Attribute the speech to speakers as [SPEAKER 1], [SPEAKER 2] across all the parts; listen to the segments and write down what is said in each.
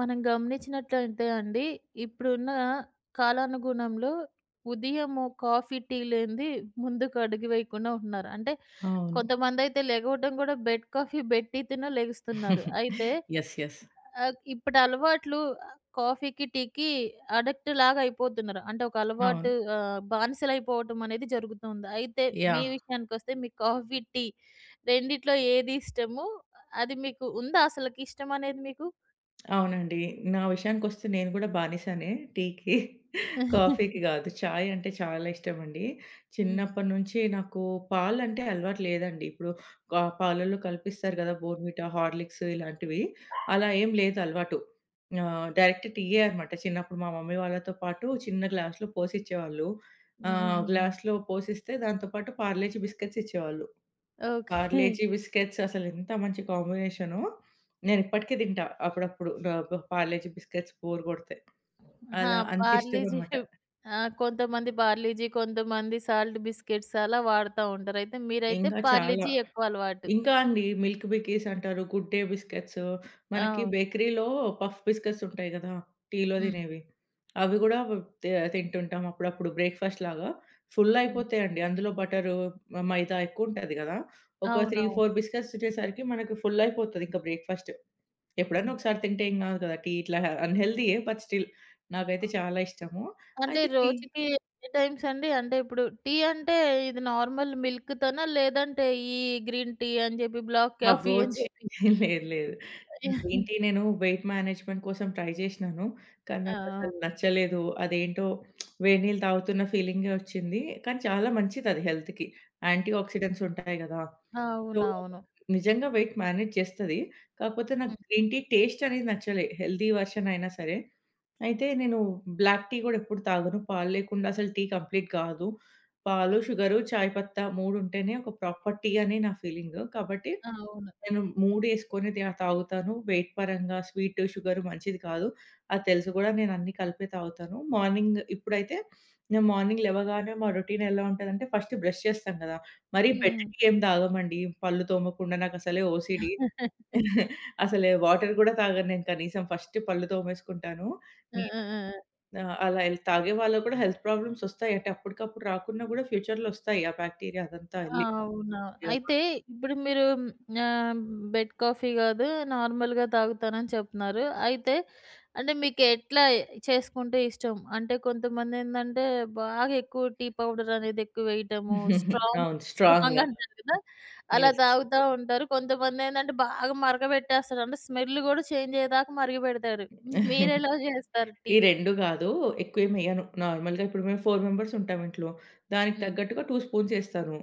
[SPEAKER 1] మనం గమనించినట్లయితే అండి, ఇప్పుడున్న కాలానుగుణంలో ఉదయము కాఫీ, టీ లేనిది ముందుకు అడుగు వేయకుండా ఉంటున్నారు. అంటే
[SPEAKER 2] అవును.
[SPEAKER 1] కొంతమందైతే లెగవడం గూడా బెడ్ కాఫీ, బెడ్ టీ తోనే లెగుస్తున్నారు. అయితే
[SPEAKER 2] యెస్. యెస్.
[SPEAKER 1] ఇప్పటి అలవాట్లు కాఫీకి, టీకి అడిక్ట్ లాగా అయిపోతున్నారు. అంటే ఒక
[SPEAKER 2] అవును.
[SPEAKER 1] అలవాటు బానిసలైపోవటం అనేది జరుగుతుంది. అయితే మీ
[SPEAKER 2] యాహ్!
[SPEAKER 1] విషయానికొస్తే మీకు కాఫీ, టీ రెండిట్లో ఏది ఇష్టము? అది మీకు ఉందా అసలకి ఇష్టం అనేది మీకు?
[SPEAKER 2] అవునండి. నా విషయానికొస్తే నేను కూడా బానిసనే టీకి, కాఫీకి కాదు. చాయ్ అంటే చాలా ఇష్టమండి.
[SPEAKER 1] హ్మ్.
[SPEAKER 2] చిన్నప్పటినుంచి నాకు పాలంటే అలవాటు లేదండి. ఇప్పుడు పాలల్లో కల్పిస్తారు కదా! బోర్న్‌విటా, హార్లిక్స్ ఇలాంటివి. అలా ఏం లేదు అలవాటు. డైరెక్ట్ టీయే అనమాట. చిన్నప్పుడు మా మమ్మీ వాళ్ళతో పాటు చిన్న గ్లాస్‌లో పోసిచ్చేవాళ్ళు.
[SPEAKER 1] హ్మ్. హ్మ్. హ్మ్.
[SPEAKER 2] గ్లాస్‌లో పోసిస్తే దాంతో పాటు పార్లేజీ బిస్కెట్స్ ఇచ్చేవాళ్ళు.
[SPEAKER 1] ఓకే.
[SPEAKER 2] పార్లేజీ బిస్కెట్స్ అసలెంత మంచి కాంబినేషనో. నేనిప్పటికి తింటా అప్పుడప్పుడు. డ బ పార్లేజీ బిస్కెట్స్ బోర్ కొడితే.
[SPEAKER 1] ఆహా!
[SPEAKER 2] అలా
[SPEAKER 1] బార్లీజీ.
[SPEAKER 2] అంతిష్టమనమాట.
[SPEAKER 1] ఆ! కొంతమంది బార్లీజీ, కొంతమంది సాల్ట్ బిస్కెట్స్ అలా వాడుతా ఉంటారు. అయితే మీరైతే
[SPEAKER 2] ఇంకా చాలా.
[SPEAKER 1] పార్లీజీ ఎక్కువ అలవాటు.
[SPEAKER 2] ఇంకా అండి మిల్క్ బికీస్ అంటారు, గుడ్ డే బిస్కెట్స్. మనకి
[SPEAKER 1] అవును.
[SPEAKER 2] బేకరీలో పఫ్ బిస్కెట్స్ ఉంటాయి గదా! టీలో
[SPEAKER 1] హ్మ్.
[SPEAKER 2] తినేవి. అవి గూడా వ్ తి తింటుంటాం అప్పుడప్పుడు బ్రేక్‌ఫాస్ట్ లాగా. ఫుల్
[SPEAKER 1] హ్మ్.
[SPEAKER 2] అయిపోతాయండి. అందులో బటరు, మైదా ఎక్కువుంటది గదా! ఒక 3,
[SPEAKER 1] అవునవును.
[SPEAKER 2] 4 బిస్కెట్స్ తినేసరికి మనకి ఫుల్ అయిపోతది ఇంకా బ్రేక్‌ఫాస్ట్. ఎప్పుడన్నా
[SPEAKER 1] హ్మ్.
[SPEAKER 2] ఒకసారి తింటే ఏం గాదు గదా! టీ ఇట్లా అన్‌హెల్తీయే బట్ స్టిల్ నాకైతే
[SPEAKER 1] ఆ!
[SPEAKER 2] చాలా ఇష్టము.
[SPEAKER 1] అంటే
[SPEAKER 2] అయితే టీ
[SPEAKER 1] రోజుకి ఎన్ని టైమ్స్ అండి? అంటే ఇప్పుడు టీ అంటే ఇది నార్మల్ మిల్క్ తోనా? లేదంటే ఈ గ్రీన్ టీ అని చెప్పి, బ్లాక్
[SPEAKER 2] అబ్బో!
[SPEAKER 1] కాఫీ అని
[SPEAKER 2] ఛీ!
[SPEAKER 1] చెప్పి?
[SPEAKER 2] లేదు లేదు. గ్రీన్ టీ నేను వెయిట్ మేనేజ్‌మెంట్ కోసం ట్రై జేసినాను. కానీ
[SPEAKER 1] ఆ!
[SPEAKER 2] నాకసలు నచ్చలేదు. అదేంటో వేడి నీళ్ళు తాగుతున్న ఫీలింగే వచ్చింది. కానీ చాలా మంచిదది హెల్త్‌కి. యాంటీ ఆక్సిడెంట్స్ ఉంటాయి గదా!
[SPEAKER 1] ఆ!
[SPEAKER 2] సో,
[SPEAKER 1] అవునవును.
[SPEAKER 2] నిజంగా వెయిట్ మేనేజ్ చేస్తది. కాకపోతే నాకు
[SPEAKER 1] హ్మ్.
[SPEAKER 2] గ్రీన్ టీ టేస్ట్ అనేది నచ్చలే. హెల్తీ వెర్షన్ అయినా సరే. అయితే నేను బ్లాక్ టీ గూడా ఎప్పుడు తాగను. పాలు లేకుండా అసలు టీ కంప్లీట్ కాదు. పాలు, షుగరు, చాయ్ పత్తా 3 ఉంటేనే ఒక ప్రాపర్ టీ అని నా ఫీలింగు. కాబట్టి
[SPEAKER 1] అవును.
[SPEAKER 2] నేను మూడేసుకొని తాగుతాను. వెయిట్ పరంగా స్వీట్, షుగర్ మంచిది కాదు. అది తెలుసు గూడా నేనన్నీ కలిపే తాగుతాను. మార్నింగ్ ఇప్పుడైతే నేను మార్నింగ్ లెవగానే మా రొటీన్ ఎలా ఉంటదంటే ఫస్ట్ బ్రష్ చేస్తాం గదా! మరి
[SPEAKER 1] హ్మ్.
[SPEAKER 2] బెడ్‌కి ఏం తాగమండి. పళ్ళు తోమకుండా నాకసలే ఓసీడీ.
[SPEAKER 1] హ్మ్.
[SPEAKER 2] అసలే వాటర్ గూడా తాగను నేను కనీసం ఫస్ట్ పళ్ళు తోమేసుకుంటాను.
[SPEAKER 1] ఆ!
[SPEAKER 2] నీ
[SPEAKER 1] ఆ! ఆ!
[SPEAKER 2] అలా తాగే వాళ్ళకి గూడా హెల్త్ ప్రాబ్లమ్స్ ఒస్తాయి. అంటే అప్పటికప్పుడు రాకున్నా గూడా ఫ్యూచర్‌లో ఒస్తాయి. ఆ బాక్టీరియా అదంతా
[SPEAKER 1] ఆ!
[SPEAKER 2] ఎళ్లి.
[SPEAKER 1] అవునా!
[SPEAKER 2] యాహ్!
[SPEAKER 1] అయితే ఇప్పుడు మీరు ఆహ్, బెడ్ కాఫీ గాదు, నార్మల్‌గా తాగుతానని చెప్తున్నారు. అయితే అంటే మీకెట్లా చేసుకుంటే ఇష్టం? అంటే కొంతమందేందంటే బాగా ఎక్కువ టీ పౌడర్ అనేది ఎక్కువ వేయటము, స్ట్రాంగ్,
[SPEAKER 2] అవును.
[SPEAKER 1] స్ట్రాంగ్
[SPEAKER 2] స్ట్రాంగ్‌గా.
[SPEAKER 1] అంటారు కదా! అలా
[SPEAKER 2] యెస్.
[SPEAKER 1] తాగుతా ఉంటారు. కొంతమందేందంటే బాగా మరగబెట్టేస్తారు. అంటే స్మెల్ గూడా చేంజ్ అయ్యేదాకా మరగబెడతారు. మీరెలా జేస్తారు
[SPEAKER 2] ఈ
[SPEAKER 1] టీ?
[SPEAKER 2] 2 గాదు.
[SPEAKER 1] హ్మ్.
[SPEAKER 2] ఎక్కువేమెయ్యను. నార్మల్‌గా ఇప్పుడు మేము 4 మెంబర్స్ ఉంటాం ఇంట్లో. దానికి
[SPEAKER 1] హ్మ్.
[SPEAKER 2] తగ్గట్టుగా 2 స్పూన్స్ ఏస్తాను.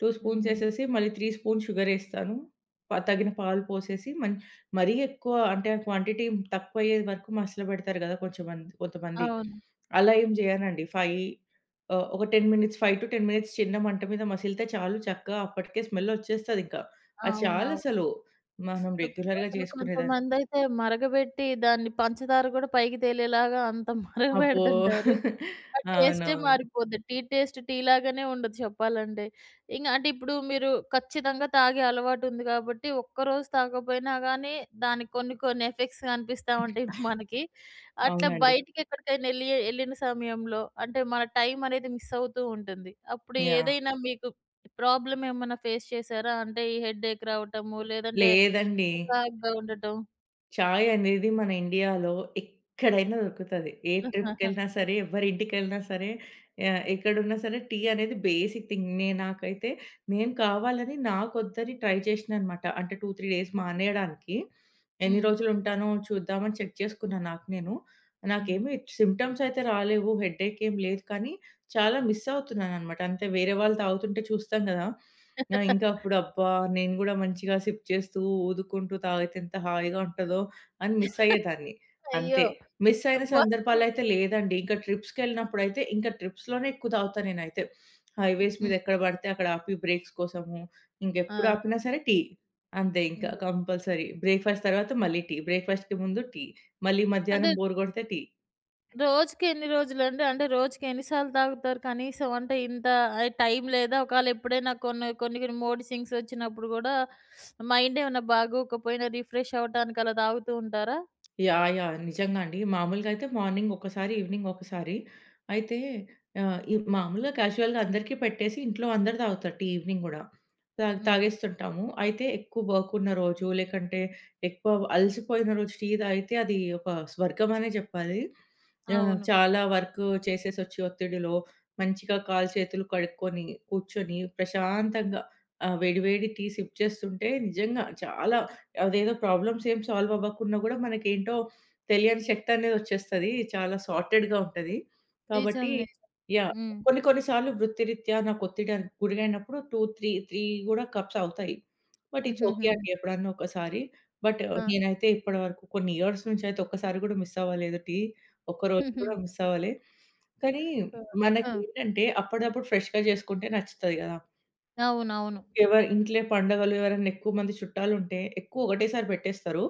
[SPEAKER 2] 2 స్పూన్స్
[SPEAKER 1] హుహు.
[SPEAKER 2] ఏసేసి మళ్ళీ 3 స్పూన్స్ షుగరేస్తాను. తగిన పాలు పోసేసి మరీ ఎక్కువ అంటే ఆ క్వాంటిటీ తక్కువయ్యే వరకు మసలబెడతారు గదా! కొంచెమంది కొంతమంది.
[SPEAKER 1] అవును.
[SPEAKER 2] అలా ఏం జేయనండి. ఒక 10 మినిట్స్ 5-10 మినిట్స్ చిన్న మంట మీద మసిలితే చాలు చక్కగా అప్పటికే స్మెల్లొచ్చేస్తదింకా. అది
[SPEAKER 1] అవునవును.
[SPEAKER 2] చాలసలు. మనం రెగ్యులర్‌గా
[SPEAKER 1] అసలు
[SPEAKER 2] జేసుకునేదానికి.
[SPEAKER 1] కొంతమందయితే మరగబెట్టి దాన్ని పంచదార గూడా పైకి తేలేలాగా అంత
[SPEAKER 2] అబ్బో!
[SPEAKER 1] మరగబెడుతుంటారు. ఆ టేస్టే
[SPEAKER 2] అవునవును.
[SPEAKER 1] మారిపోద్ది. టీ టేస్ట్ టీ లాగానే ఉండదు చెప్పాలంటే. ఇంగ అంటే ఇప్పుడు మీరు ఖచ్చితంగా తాగే అలవాటుంది గాబట్టి, ఒక్కరోజు తాగపోయినా గానీ దానికి కొన్ని కొన్ని ఎఫెక్ట్స్ కనిపిస్తా ఉంటాయి మనకి. అట్లా
[SPEAKER 2] అవునండి.
[SPEAKER 1] బయటికెక్కడికైనెళ్ళి ఎళ్ళిన సమయంలో అంటే మన టైం అనేది మిస్ అవుతూ ఉంటుంది. అప్పుడు
[SPEAKER 2] యాహ్!
[SPEAKER 1] ఏదైనా మీకు ప్రాబ్లమ్ ఏమన్నా ఫేస్ చేసారా? అంటే ఈ హెడ్‌ఏక్ రావటము, లేదంటే
[SPEAKER 2] లేదండి.
[SPEAKER 1] చికాగ్గా ఉండటం.
[SPEAKER 2] చాయ్ అనేది మన ఇండియాలో ఎక్కడైనా దొరుకుతది. ఏ
[SPEAKER 1] ఆహా!
[SPEAKER 2] ట్రిప్‌కెళ్ళినా సరే, ఎవ్వరింటికెళ్ళినా సరే, ఎక్కడున్నా సరే టీ అనేది బేసిక్ థింగ్. నాకైతే నేను కావాలని నాకొద్దని ట్రై చేసినాననమాట. అంటే 2, 3 డేస్ మానేయడానికి. ఎన్ని
[SPEAKER 1] హ్మ్.
[SPEAKER 2] రోజులుంటానో చూద్దామని చెక్ చేసుకున్నా నాకు నేను.
[SPEAKER 1] హ్మ్.
[SPEAKER 2] నాకేమి సింప్టమ్స్ అయితే రాలేవు. హెడ్‌ఏక్ ఏం లేదు. కానీ చాలా మిస్ అవుతున్నాననమాట. అంతే వేరే వాళ్ళు తాగుతుంటే చూస్తాం గదా! ఇంకా అప్పుడు అబ్బా! నేను గూడా మంచిగా సిప్ చేస్తూ, ఊదుకుంటూ తాగితే ఎంత హాయిగా ఉంటదో! అని మిస్ అయ్యేదాన్ని. అంతే.
[SPEAKER 1] అయ్యో!
[SPEAKER 2] మిస్ అయిన
[SPEAKER 1] అబ్బా!
[SPEAKER 2] సందర్భాలైతే లేదండి. ఇంకా ట్రిప్స్‌కెళ్ళినప్పుడైతే ఇంకా ట్రిప్స్‌లోనే ఎక్కువ తాగుతా నేనైతే. హైవేస్ మీద
[SPEAKER 1] హ్మ్.
[SPEAKER 2] ఎక్కడ పడితే అక్కడ ఆపి బ్రేక్స్ కోసము, ఇంకెప్పుడు
[SPEAKER 1] ఆ!
[SPEAKER 2] ఆపినా సరే టీ. అంతే ఇంకా
[SPEAKER 1] హ్మ్.
[SPEAKER 2] కంపల్సరీ. బ్రేక్‌ఫాస్ట్ తర్వాత మళ్ళీ టీ. బ్రేక్‌ఫాస్ట్‌కి ముందు టీ. మళ్ళీ
[SPEAKER 1] అంటే
[SPEAKER 2] మధ్యాహ్నం బోర్ కొడితే టీ.
[SPEAKER 1] రోజుకి ఎన్ని రోజులండి? అంటే రోజుకి ఎన్ని సార్లు తాగుతారు కనీసం? అంటే ఇంత టైం లేదా? ఒకవేళ ఎప్పుడైనా కొన్ని కొన్ని కొన్ని మూడ్ స్వింగ్స్ వచ్చినప్పుడు గూడా మైండ్ ఏమైనా బాగోకపోయినా రిఫ్రెష్ అవ్వటానికి అలా తాగుతూ ఉంటారా?
[SPEAKER 2] యాహ్! యాహ్! నిజంగా అండి. మామూలుగా అయితే మార్నింగ్ ఒకసారి, ఈవినింగ్ ఒకసారి. అయితే ఈ మామూలుగా క్యాజువల్‌గా అందరికీ పెట్టేసి ఇంట్లో అందరూ తాగుతారు టీ ఈవినింగ్ గూడా. తా
[SPEAKER 1] హ్మ్.
[SPEAKER 2] తాగేస్తుంటాము. అయితే ఎక్కువ వర్క్ ఉన్న రోజు, లేకంటే ఎక్కువ అలసిపోయిన రోజు టీ తాగితే అది ఒక స్వర్గం అనే చెప్పాలి.
[SPEAKER 1] అవును.
[SPEAKER 2] చాలా వర్క్ చేసేసొచ్చి ఒత్తిడిలో మంచిగా కాళ్ళు చేతులు కడుక్కొని, కూర్చొని ప్రశాంతంగా వేడి వేడి టీ సిప్ చేస్తుంటే నిజంగా చాలా అదేదో ప్రాబ్లమ్స్ ఏం సాల్వ్ అవ్వకున్నా గూడా మనకేంటో తెలియని శక్తనేదొచ్చేస్తది. చాలా సార్టెడ్‌గా ఉంటది.
[SPEAKER 1] నిజం.
[SPEAKER 2] కాబట్టి
[SPEAKER 1] నిజం.
[SPEAKER 2] యాహ్!
[SPEAKER 1] హ్మ్.
[SPEAKER 2] కొన్ని కొన్ని సార్లు వృత్తిరీత్యా నాకు ఒత్తిడికి గురైనప్పుడు 2, 3, 3 గూడా కప్స్ అవుతాయి. బట్ ఇట్స్ ఓకే
[SPEAKER 1] హుహుహుహు.
[SPEAKER 2] అండి. ఎప్పుడన్నా ఒకసారి. బట్
[SPEAKER 1] ఆ!
[SPEAKER 2] నేనైతే ఇప్పటి వరకు కొన్ని ఇయర్స్ నుంచయితే ఒక్కసారి గూడా మిస్ అవ్వలేదు టీ. ఒక్కరోజు
[SPEAKER 1] హుహు.
[SPEAKER 2] గూడా మిస్ అవ్వలే. కానీ
[SPEAKER 1] ఆ! ఆ!
[SPEAKER 2] మనకేంటంటే అప్పటిదప్పుడు ఫ్రెష్‌గా చేసుకుంటే నచ్చుతది గదా!
[SPEAKER 1] అవునవును.
[SPEAKER 2] ఎవరి ఇంట్లో పండగలు ఎవరైనా ఎక్కువ మంది చుట్టాలుంటే ఎక్కువ ఒకటేసారి పెట్టేస్తారు.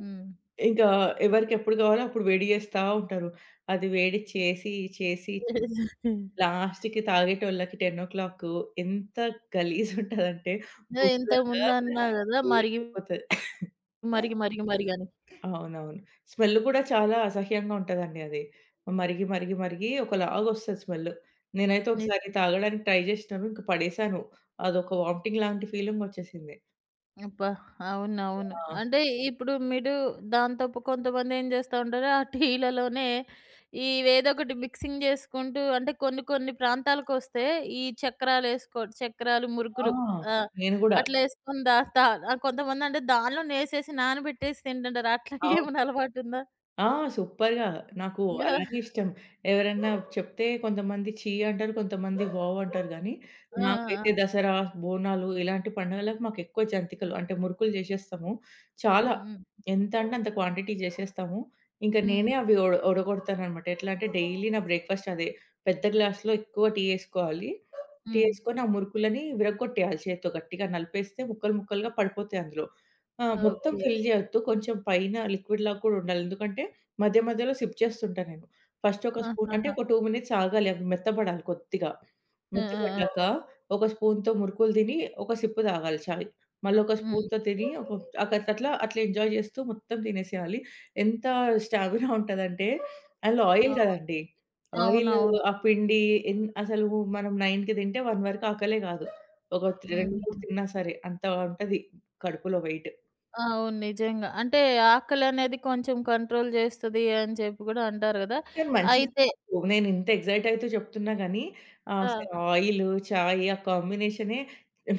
[SPEAKER 1] హ్మ్.
[SPEAKER 2] ఇంకా ఎవరికెప్పుడు కావాలో అప్పుడు వేడి చేస్తా ఉంటారు. అది వేడి చేసి, చేసి లాస్ట్‌కి తాగేటోళ్ళకి 10:00 ఎంత గలీజుంటదంటే
[SPEAKER 1] ఆ!
[SPEAKER 2] బొగ్గులాగా
[SPEAKER 1] ఇంతకుముందన్నా గదా! మరిగి,
[SPEAKER 2] తెల్లగైపోతది.
[SPEAKER 1] మరిగి, మరిగి, మరిగని.
[SPEAKER 2] అవునవును. స్మెల్ కూడా చాలా అసహ్యంగా ఉంటదండి అది. మరిగి, మరిగి, మరిగి ఒకలాగొస్తది స్మెల్. నేనైతే
[SPEAKER 1] ని
[SPEAKER 2] ఒకసారి తాగడానికి ట్రై చేసినాను. ఇంక పడేసాను. అదొక వామిటింగ్ లాంటి ఫీలింగొచ్చేసింది.
[SPEAKER 1] అబ్బా! అవునవును.
[SPEAKER 2] ఆ!
[SPEAKER 1] అంటే ఇప్పుడు మీరు దాంతో కొంతమందేం జేస్తా ఉంటారు, ఆ టీలలోనే ఇవేదోకటి మిక్సింగ్ జేసుకుంటూ అంటే కొన్ని కొన్ని ప్రాంతాలకొస్తే ఈ చక్రాలు,
[SPEAKER 2] ఆ!
[SPEAKER 1] మురుకులు ఆ!
[SPEAKER 2] నేను గూడా.
[SPEAKER 1] అట్లేసుకొని దా తా కొంతమందంటే దానిలోనేసేసి నానబెట్టేసి తింటుంటారు. అట్లా ఏమైనా అలవాటుందా?
[SPEAKER 2] ఆ! సూపర్‌గా. నాకు
[SPEAKER 1] ఆ!
[SPEAKER 2] అలానే ఇష్టం. ఎవరన్నా చెప్తే కొంతమంది ఛీ అంటారు. కొంతమంది వావ్ అంటారు గానీ,
[SPEAKER 1] ఆ! ఆ!
[SPEAKER 2] నాకైతే దసరా, బోనాలు ఇలాంటి పండుగలకు మాకెక్కువ జంతికలు అంటే మురుకులు జేసేస్తాము. చాలా.
[SPEAKER 1] హ్మ్. హ్మ్.
[SPEAKER 2] ఎంత అంటే అంత క్వాంటిటీ జేసేస్తాము. ఇంక
[SPEAKER 1] హ్మ్.
[SPEAKER 2] నేనే అవి ఒడగొడతాననమాట. ఎట్లా అంటే డైలీ నా బ్రేక్‌ఫాస్ట్ అదే. పెద్ద గ్లాస్‌లో ఎక్కువ టీ యేసుకోవాలి. టీ
[SPEAKER 1] హ్మ్.
[SPEAKER 2] యేసుకొని ఆ మురుకులని విరగ్గొట్టేయాలి చేత్తో గట్టిగా నలిపేస్తే ముక్కలు ముక్కలుగా పడిపోతాయి అందులో. ఆ! మొత్తం
[SPEAKER 1] ఓకే.
[SPEAKER 2] ఫిల్ జేయొద్దు. కొంచెం పైన లిక్విడ్‌లాగా కూడా ఉండాలి. ఎందుకంటే మధ్య మధ్యలో సిప్ చేస్తుంటా నేను. ఫస్ట్ ఒక స్పూన్ అంటే
[SPEAKER 1] ఆహాహా!
[SPEAKER 2] ఒక 2 మినిట్స్ ఆగాలి. అవి మెత్తబడాలి కొద్దిగా.
[SPEAKER 1] ఆ! ఆ!
[SPEAKER 2] మెత్తబడ్డాక
[SPEAKER 1] ఆ!
[SPEAKER 2] ఒక స్పూన్‌తో మురుకులు తిని ఒక సిప్ తాగాలి చాయ్. మళ్ళొక
[SPEAKER 1] హ్మ్.
[SPEAKER 2] స్పూన్‌తో తిని ఒక అక అట్లా అట్లా ఎంజాయ్ చేస్తూ మొత్తం తినేసేయాలి. ఎంత స్టామినా ఉంటదంటే అందులో ఆయిల్
[SPEAKER 1] అవును.
[SPEAKER 2] కదండీ. ఆయిల్,
[SPEAKER 1] అవునవును.
[SPEAKER 2] ఆ పిండి అసలు మనం 9కి తింటే 1 వరకు ఆకలే కాదు. ఒక 3, 2, 3
[SPEAKER 1] హుహుహు.
[SPEAKER 2] తిన్నా సరే అంత ఉంటది కడుపులో వెయిట్.
[SPEAKER 1] అవును. నిజంగా. అంటే ఆకలనేది కొంచెం కంట్రోల్ చేస్తది అని చెప్పి కూడా అంటారు గదా!
[SPEAKER 2] కానీ మంచిది
[SPEAKER 1] అయితే
[SPEAKER 2] కాదు. నేను ఇంత ఎక్సైట్ అయితూ చెప్తున్నా గానీ,
[SPEAKER 1] ఆ!
[SPEAKER 2] అసలు ఆయిలు, చాయ్ ఆ కాంబినేషనే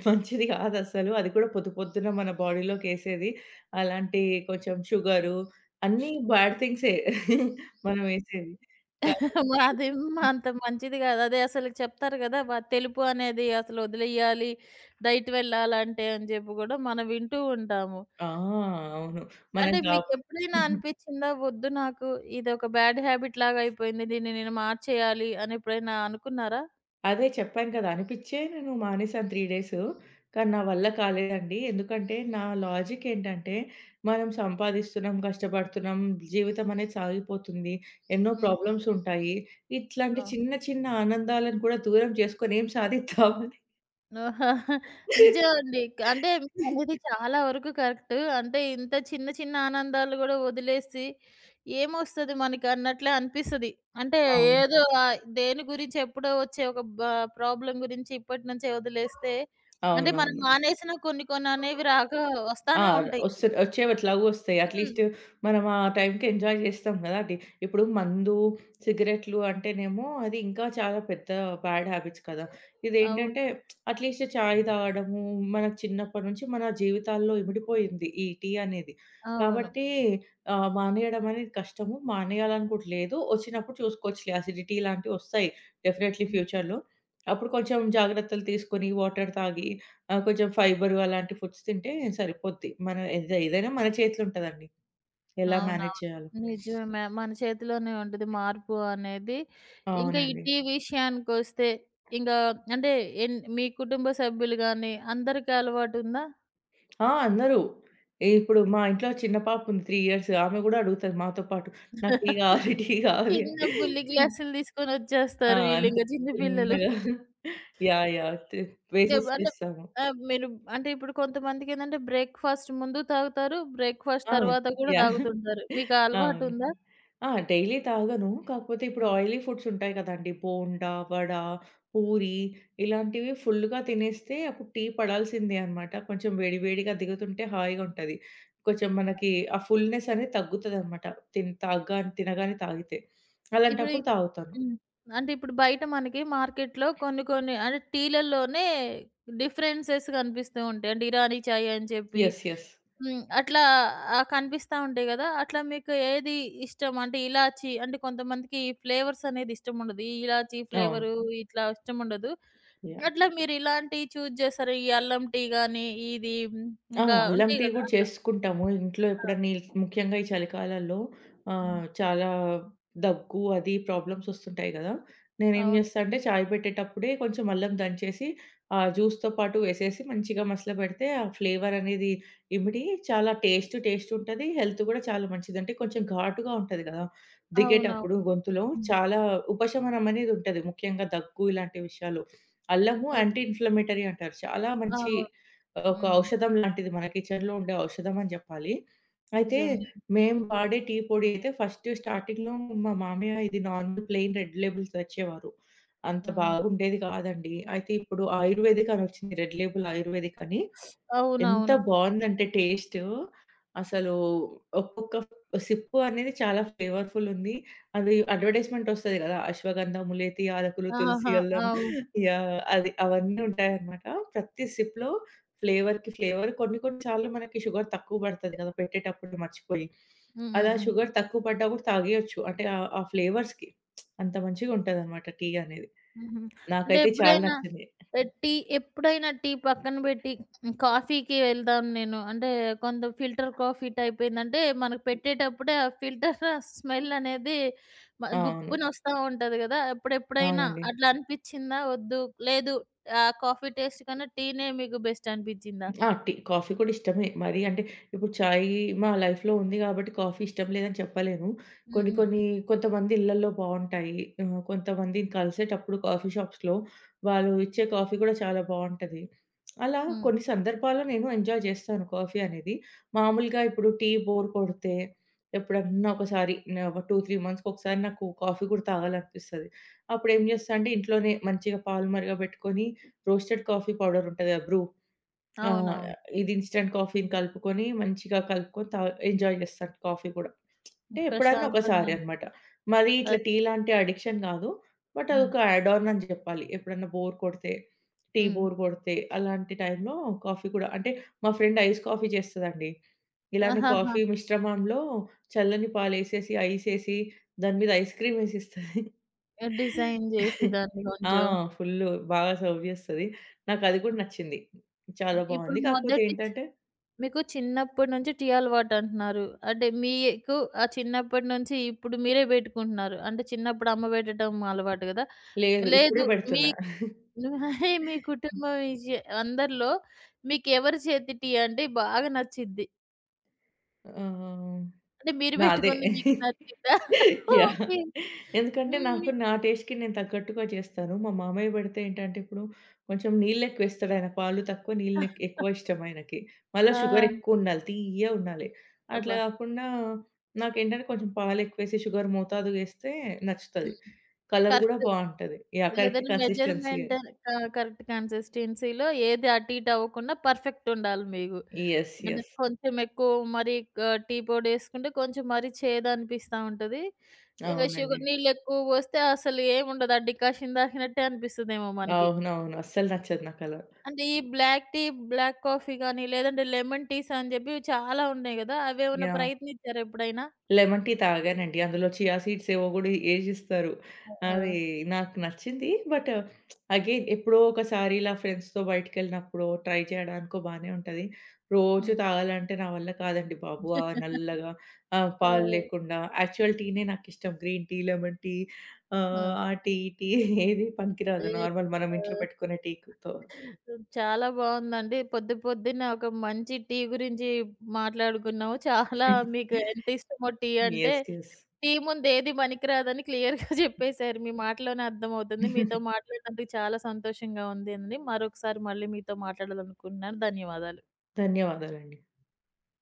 [SPEAKER 2] మంచిది కాదసలు. అది కూడా పొద్దు పొద్దున మన బాడీలోకేసేది. అలాంటి కొంచెం షుగరు అన్నీ బ్యాడ్ థింగ్సే మనమేసేది. కాబట్టి
[SPEAKER 1] అది అంత మంచిది కాదు. అదే అసలు చెప్తారు గదా! తెలుపు అనేది అసలు వదిలేయాలి. డైట్ వెళ్ళాలంటే అని చెప్పి గూడా మనం వింటూ ఉంటాము.
[SPEAKER 2] ఆ! అవును. మనం
[SPEAKER 1] అంటే
[SPEAKER 2] కా
[SPEAKER 1] మీకెప్పుడైనా అనిపిచ్చిందా? వద్దు, నాకు ఇదొక బ్యాడ్ హ్యాబిట్ లాగా అయిపోయింది. దీన్ని నేను మార్చేయాలి అని ఎప్పుడైనా అనుకున్నారా?
[SPEAKER 2] అదే చెప్పాను కదా! అనిపిచ్చే నేను మానేశాను 3 డేసు. కానీ నా వల్ల కాలేదండి. ఎందుకంటే నా లాజిక్ ఏంటంటే, మనం సంపాదిస్తున్నాం, కష్టపడుతున్నాం, జీవితం అనేది సాగిపోతుంది. ఎన్నో
[SPEAKER 1] హ్మ్.
[SPEAKER 2] ప్రాబ్లమ్స్ ఉంటాయి. ఇట్లాంటి
[SPEAKER 1] ఆ!
[SPEAKER 2] చిన్న చిన్న ఆనందాలను కూడా దూరం చేసుకొని ఏం సాధిద్దామని.
[SPEAKER 1] ఓహో! నిజం అండి. అంటే మీరనేది చాలా వరకు కరెక్ట్. అంటే ఇంత చిన్న చిన్న ఆనందాలు గూడా వదిలేసి ఏమొస్తది మనకన్నట్లే అనిపిస్తది. అంటే
[SPEAKER 2] అవునండి.
[SPEAKER 1] ఏదో దేని గురించి ఎప్పుడో వచ్చే ఒక ప్రాబ్లమ్ గురించి ఇప్పటి నుంచే వదిలేస్తే అంటే మనం
[SPEAKER 2] అవునవును.
[SPEAKER 1] మానేసినా కొన్ని కొన్ని అనేవి
[SPEAKER 2] ఆ!
[SPEAKER 1] వస్తానే ఉంటాయి.
[SPEAKER 2] ఒచ్చేవి ఎట్లాగో ఒస్తాయి.
[SPEAKER 1] హ్మ్.
[SPEAKER 2] అట్‌లీస్ట్ మనం ఆ టైంకి ఎంజాయ్ జేస్తాం గదండీ! ఇప్పుడు మందు, సిగరెట్లు అంటేనేమో అది ఇంకా చాలా పెద్ద బ్యాడ్ హ్యాబిట్స్ కదా!
[SPEAKER 1] అవును.
[SPEAKER 2] ఇదేంటంటే అట్‌లీస్ట్ చాయ్ తాగడము మనకు చిన్నప్పటి నుంచి మన జీవితాల్లో ఇమిడిపోయింది ఈ టీ అనేది.
[SPEAKER 1] అవును.
[SPEAKER 2] కాబట్టి మానేయడం అనేది కష్టము. మానేయాలని కూడా లేదు. ఒచ్చినప్పుడు చూసుకోవచ్చులే అసిడిటీ ఇలాంటివొస్తాయి డెఫినైట్‌లీ
[SPEAKER 1] హ్మ్.
[SPEAKER 2] ఫ్యూచర్‌లో. అప్పుడు కొంచెం జాగ్రత్తలు తీసుకొని వాటర్ తాగి ఆ! కొంచెం ఫైబర్ అలాంటి ఫుడ్స్ తింటే సరిపోద్ది. మన ఏదైనా మన చేతిలో ఉంటదండి. ఎలా మేనేజ్
[SPEAKER 1] అవునవును.
[SPEAKER 2] చేయాలో.
[SPEAKER 1] నిజమే. మన చేతిలోనే ఉంటది మార్పు అనేది. ఇంకా ఈ
[SPEAKER 2] అవునండి.
[SPEAKER 1] టీ విషయానికొస్తే ఇంకా అంటే మీ కుటుంబ సభ్యులు గాని అందరికి అలవాటుందా?
[SPEAKER 2] ఆ! అందరూ. ఈ ఇప్పుడు మా ఇంట్లో చిన్న పాప ఉంది 3 ఇయర్స్. ఆమె గూడా అడుగుతది మాతో పాటు. నాకు టీ గావాలి, టీ గావాలి అని.
[SPEAKER 1] చిన్న బుల్లి గ్లాసులు
[SPEAKER 2] ఆ!
[SPEAKER 1] తీసుకొనొచ్చేస్తారు
[SPEAKER 2] అంతే
[SPEAKER 1] వీళ్ళింక చిన్న పిల్లలు.
[SPEAKER 2] చిన్నగా యాహ్! యాహ్!
[SPEAKER 1] ఇంక
[SPEAKER 2] వేసేసి
[SPEAKER 1] అంటే
[SPEAKER 2] చేస్తాము.
[SPEAKER 1] మీరు అంటే ఇప్పుడు కొంతమందికేందంటే బ్రేక్‌ఫాస్ట్ ముందు తాగుతారు. బ్రేక్‌ఫాస్ట్
[SPEAKER 2] ఆ!
[SPEAKER 1] తర్వాత కూడా
[SPEAKER 2] యాహ్!
[SPEAKER 1] తాగుతుంటారు. మీకా
[SPEAKER 2] అవును.
[SPEAKER 1] అలవాటుందా?
[SPEAKER 2] ఆ! డైలీ తాగను. కాకపోతే ఇప్పుడు
[SPEAKER 1] హ్మ్.
[SPEAKER 2] ఆయిలీ ఫుడ్స్ ఉంటాయి కదండీ. బోండా, వడ, పూరి ఇలాంటివి ఫుల్‌గా తినేస్తే అప్పుడు టీ పడాల్సిందే అనమాట. కొంచెం వేడి వేడిగా దిగుతుంటే హాయిగా ఉంటది. కొంచెం మనకి ఆ ఫుల్‌నెస్ అనేది తగ్గుతదనమాట. తిన్ తాగ్గా తినగానే తాగితే.
[SPEAKER 1] ఇప్పుడు
[SPEAKER 2] అలాంటప్పుడు తాగుతాను.
[SPEAKER 1] హ్మ్. అంటే ఇప్పుడు బయట మనకి మార్కెట్‌లో కొన్ని కొన్ని అంటే టీలల్లోనే డిఫరెన్సెస్ కనిపిస్తూ ఉంటాయి. అంటే ఇరానీ చాయ్ అని చెప్పి
[SPEAKER 2] యెస్. యెస్.
[SPEAKER 1] హ్మ్. అట్లా కనిపిస్తా ఉంటాయి గదా! అట్లా మీకు ఏది ఇష్టం? అంటే ఇలాచి అంటే కొంతమందికి ఫ్లేవర్స్ అనేది ఇష్టముండదు. ఈ ఇలాచి
[SPEAKER 2] అవును.
[SPEAKER 1] ఫ్లేవరు ఇట్లా ఇష్టముండదు.
[SPEAKER 2] యాహ్!
[SPEAKER 1] అట్లా మీరు ఇలాంటియి చూజ్ చేసారు. ఈ అల్లం టీ గాని, ఇది హ్మ్.
[SPEAKER 2] ఆ!
[SPEAKER 1] ఇంకా
[SPEAKER 2] అల్లం
[SPEAKER 1] ఉంటాయి
[SPEAKER 2] టీ
[SPEAKER 1] గదా!
[SPEAKER 2] గూడా
[SPEAKER 1] అట్లా.
[SPEAKER 2] చేసుకుంటాము. ఇంట్లో
[SPEAKER 1] ఆ!
[SPEAKER 2] ఎప్పుడన్నా ఈ ముఖ్యంగా ఈ చలికాలంలో
[SPEAKER 1] హ్మ్.
[SPEAKER 2] చాలా దగ్గు అది ప్రాబ్లమ్స్ వస్తుంటాయి గదా! నేనేం
[SPEAKER 1] అవును.
[SPEAKER 2] జేస్తా అంటే చాయ్ పెట్టేటప్పుడే కొంచెం అల్లం దంచేసి ఆ జ్యూస్‌తో పాటు వేసేసి మంచిగా మసలబెడితే ఆ ఫ్లేవర్ అనేది ఇమిడి చాలా టేస్ట్ టేస్ట్ ఉంటది. హెల్త్ గూడా చాలా మంచిది. అంటే కొంచెం ఘాటుగా ఉంటది గదా!
[SPEAKER 1] అవునవును.
[SPEAKER 2] దిగేటప్పుడు గొంతులో
[SPEAKER 1] హ్మ్.
[SPEAKER 2] చాలా ఉపశమనం అనేది ఉంటది. ముఖ్యంగా దగ్గు ఇలాంటి విషయాలు. అల్లము
[SPEAKER 1] అయ్
[SPEAKER 2] యాంటీ ఇన్‌ఫ్లమేటరీ అంటారు. చాలా మంచి
[SPEAKER 1] అవును.
[SPEAKER 2] ఒక
[SPEAKER 1] హ్మ్.
[SPEAKER 2] ఔషధం లాంటిది మన కిచెన్‌లో ఉండే ఔషధం అని జెప్పాలి. అయితే
[SPEAKER 1] నిజమే.
[SPEAKER 2] మేము వాడే టీ పొడి అయితే ఫస్ట్ స్టార్టింగ్‌లో మా మామయ్య ఇది నార్మల్ ప్లెయిన్ రెడ్ లేబుల్ తెచ్చేవారు. అంత
[SPEAKER 1] హ్మ్.
[SPEAKER 2] బాగుండేది కాదండి. అయితే ఇప్పుడు ఆయుర్వేదిక్ అనొచ్చింది రెడ్ లేబుల్ ఆయుర్వేదిక్ అని. ఎంత
[SPEAKER 1] అవునవును.
[SPEAKER 2] బావుందంటే టేస్టు. అసలు ఒక్కొక్క సిప్పు అనేది చాలా ఫ్లేవర్‌ఫుల్ ఉంది. అది అడ్వర్టైజ్‌మెంట్ ఒస్తది గదా! అశ్వగంధం, ములేతి యాలకులు, తులసి,
[SPEAKER 1] ఆహా!
[SPEAKER 2] అల్లం
[SPEAKER 1] అవు
[SPEAKER 2] యాహ్! అది అవన్నీ ఉంటాయన్నమాట. ప్రతి సిప్‌లో ఫ్లేవర్‌కి ఫ్లేవర్ కొన్ని కొన్ని సార్లు మనకి షుగర్ తక్కువ పడతది గదా! పెట్టేటప్పుడు మర్చిపోయి.
[SPEAKER 1] హ్మ్. హ్మ్.
[SPEAKER 2] అలా
[SPEAKER 1] హ్మ్.
[SPEAKER 2] షుగర్ తక్కువ పడ్డా గూడా తాగేయొచ్చు. అంటే ఆ ఫ్లేవర్స్‌కి అంత మంచిగుంటదన్నమాట టీ అనేది.
[SPEAKER 1] హుహు. అంటే
[SPEAKER 2] నాకైతే చాలా
[SPEAKER 1] ఎప్పుడైనా
[SPEAKER 2] నచ్చింది.
[SPEAKER 1] ఆహ్, టీ ఎప్పుడైనా టీ పక్కన పెట్టి హ్మ్, కాఫీకి వెళ్దాం నేను అంటే కొంత ఫిల్టర్ కాఫీ టైప్ ఏందంటే మనకు పెట్టేటప్పుడే ఆ ఫిల్టర్ స్మెల్ అనేది
[SPEAKER 2] అవును.
[SPEAKER 1] గుప్పునొస్తా ఉంటది గదా! అప్పుడెప్పుడైనా
[SPEAKER 2] అవునండి.
[SPEAKER 1] అట్లా అనిపిచ్చిందా? వద్దు, లేదు, ఆ కాఫీ టేస్ట్ కన్నా టీనే మీకు బెస్ట్ అనిపిచ్చిందా?
[SPEAKER 2] ఆ! టీ, కాఫీ కూడా ఇష్టమే. మరి అంటే ఇప్పుడు చాయ్ మా లైఫ్‌లో ఉంది గాబట్టి కాఫీ ఇష్టం లేదని చెప్పలేను.
[SPEAKER 1] హ్మ్.
[SPEAKER 2] కొన్ని
[SPEAKER 1] హ్మ్.
[SPEAKER 2] కొన్ని
[SPEAKER 1] హ్మ్.
[SPEAKER 2] కొంతమంది ఇళ్లల్లో బావుంటాయి. కొంతమందిని కలిసేటప్పుడు కాఫీ షాప్స్‌లో వాళ్ళు ఇచ్చే కాఫీ కూడా చాలా బావుంటది. అలా
[SPEAKER 1] హ్మ్.
[SPEAKER 2] కొన్ని సందర్భాల్లో నేను ఎంజాయ్ చేస్తాను కాఫీ అనేది. మామూలుగా ఇప్పుడు టీ బోర్ కొడితే ఎప్పుడన్నా ఒకసారి ఒక 2, 3 మంత్స్‌కి ఒకసారి నాకు కాఫీ కూడా తాగాలనిపిస్తది. అప్పుడేం
[SPEAKER 1] హ్మ్.
[SPEAKER 2] చేస్తా అంటే ఇంట్లోనే మంచిగా పాలు మరగబెట్టుకొని రోస్టెడ్ కాఫీ పౌడర్ ఉంటది కదా! బ్రూ. ఆ!
[SPEAKER 1] అవునవును.
[SPEAKER 2] ఇది ఇన్‌స్టంట్ కాఫీ‌ని కలుపుకొని, మంచిగా కలుపుకొని ఎంజాయ్ చేస్తాను కాఫీ కూడా. అంటే ఎప్పుడన్నా ఒకసారి
[SPEAKER 1] ప్రశాంతంగా
[SPEAKER 2] అన్నమాట. మరీ ఇట్లా
[SPEAKER 1] అదే.
[SPEAKER 2] టీ లాంటి అడిక్షన్ కాదు. బట్
[SPEAKER 1] హ్మ్.
[SPEAKER 2] అదొక యాడ్ ఆన్ అని చెప్పాలి. ఎప్పుడన్నా బోర్ కొడితే, టీ
[SPEAKER 1] హ్మ్.
[SPEAKER 2] బోర్ కొడితే అలాంటి టైంలో కాఫీ కూడా అంటే మా ఫ్రెండ్ ఐస్ కాఫీ చేస్తదండి. ఇలానే
[SPEAKER 1] ఆహాహా!
[SPEAKER 2] కాఫీ మిశ్రమంలో చల్లని పాలేసేసి, ఐస్ ఏసి దాని మీద ఐస్ క్రీమ్ ఏసిస్తది.
[SPEAKER 1] డిజైన్ జేసి దాన్ని
[SPEAKER 2] ఆ!
[SPEAKER 1] కొంచెం.
[SPEAKER 2] ఫుల్లు బాగా సర్వ్ జేస్తది. నాకది గూడా నచ్చింది. చాలా
[SPEAKER 1] హ్మ్. ఇప్పుడు
[SPEAKER 2] బావుంది. కాకపోతే
[SPEAKER 1] మొదటి
[SPEAKER 2] ఏంటంటే
[SPEAKER 1] మీకు చిన్నప్పటి నుంచి టీ అలవాటంటున్నారు. అంటే మీకు ఆ చిన్నప్పటి నుంచి ఇప్పుడు మీరే బెట్టుకుంటున్నారు. అంటే చిన్నప్పుడు అమ్మ బెట్టడం అలవాటు గదా!
[SPEAKER 2] లేదు. ఇప్పుడే
[SPEAKER 1] లేదు, మీ
[SPEAKER 2] పెడుతున్నా.
[SPEAKER 1] మీ కుటుంబం విషయ అందరిలో మీకెవరి చేతి టీ అంటే బాగా నచ్చిద్ది?
[SPEAKER 2] ఆ!
[SPEAKER 1] అంటే మీరు
[SPEAKER 2] నాదే.
[SPEAKER 1] బెట్టుకుంది మీకు నచ్చిద్దా?
[SPEAKER 2] యాహ్!
[SPEAKER 1] ఓకే.
[SPEAKER 2] ఎందుకంటే నాకు
[SPEAKER 1] హ్మ్.
[SPEAKER 2] నా టేస్ట్‌కి నేను తగ్గట్టుగా చేస్తాను. మా మామయ్య పెడితే ఏంటంటే ఇప్పుడు కొంచెం నీళ్ళెక్కువేస్తాడు ఆయన. పాలు తక్కువ నీళ్ళు ఎక్కువ ఇష్టం ఆయనకి. మళ్ళా
[SPEAKER 1] ఆ!
[SPEAKER 2] షుగర్ ఎక్కువుండాలి. తియ్యగా ఉండాలి. అట్లా
[SPEAKER 1] అబ్బా!
[SPEAKER 2] కాకుండా నాకేంటంటే కొంచెం పాలెక్కువేసి షుగర్ మోతాదుగా ఏస్తే నచ్చుతది.
[SPEAKER 1] హ్మ్.
[SPEAKER 2] కలర్ గూడా
[SPEAKER 1] కరెక్ట్.
[SPEAKER 2] బావుంటది. యాహ్! కరెక్ట్
[SPEAKER 1] లేదంటే
[SPEAKER 2] కన్సిస్టెన్సీ.
[SPEAKER 1] మెజర్‌మెంట్ క కరెక్ట్ కన్సిస్టెన్సీ‌లో ఏది అటు ఇటు అవ్వకుండా పర్ఫెక్ట్ ఉండాలి మీకు.
[SPEAKER 2] యెస్.
[SPEAKER 1] అంటే
[SPEAKER 2] యెస్.
[SPEAKER 1] కొంచెం ఎక్కువ మరి క టీ పొడి ఏసుకుంటే కొంచెం మరి చేదనిపిస్తా ఉంటది. ఇంక
[SPEAKER 2] అవునండి.
[SPEAKER 1] షుగర్ నీళ్ళు ఎక్కువ పోస్తే అసలు ఏముండదు. ఆ డికాషన్ తాగినట్టే అనిపిస్తదేమో మనకి.
[SPEAKER 2] అవునవును. అస్సలు నచ్చదు నాకలా.
[SPEAKER 1] అంటే ఈ బ్లాక్ టీ, బ్లాక్ కాఫీ గాని లేదంటే లెమన్ టీస్ అని చెప్పి చాలా ఉన్నాయి గదా! అవేమన్నా
[SPEAKER 2] యాహ్!
[SPEAKER 1] ప్రయత్నించారా ఎప్పుడైనా?
[SPEAKER 2] లెమన్ టీ తాగానండి. అందులో చియా సీడ్స్ ఏవో గూడా ఏసిస్తారు.
[SPEAKER 1] ఆ! ఆ!
[SPEAKER 2] అది నాకు నచ్చింది. బట్ అగైన్ ఎప్పుడో ఒకసారి ఇలా ఫ్రెండ్స్‌తో బయటికెళ్ళినప్పుడో ట్రై చేయడానికో బానే ఉంటది. రోజు
[SPEAKER 1] హ్మ్.
[SPEAKER 2] తాగాలంటే నా వల్ల కాదండి బాబు. ఆ నల్లగా, ఆ
[SPEAKER 1] ఆ!
[SPEAKER 2] పాలు లేకుండా యాక్చువల్ టీనే నాకిష్టం. గ్రీన్ టీ, లెమన్ టీ
[SPEAKER 1] ఆ!
[SPEAKER 2] ఆ టీ, ఈ టీ ఏది పనికిరాదు.
[SPEAKER 1] ఏ
[SPEAKER 2] నార్మల్ మనం ఇంట్లో
[SPEAKER 1] ఆ!
[SPEAKER 2] పెట్టుకునే టీతో.
[SPEAKER 1] చాలా బావుందండి. పొద్దు పొద్దున్నే ఒక మంచి టీ గురించి మాట్లాడుకున్నాము. చాలా మీకు ఎంత ఇష్టమో టీ అంటే,
[SPEAKER 2] యెస్. యెస్.
[SPEAKER 1] టీ ముందు ఏది పనికిరాదని క్లియర్‌గా చెప్పేశారు. మీ మాటలోనే అర్థమవుతుంది. మీతో మాట్లాడినందుకు చాలా సంతోషంగా ఉంది అండి. మరొకసారి మళ్ళీ మీతో మాట్లాడాలనుకుంటున్నాను. ధన్యవాదాలు.
[SPEAKER 2] ధన్యవాదాలండి.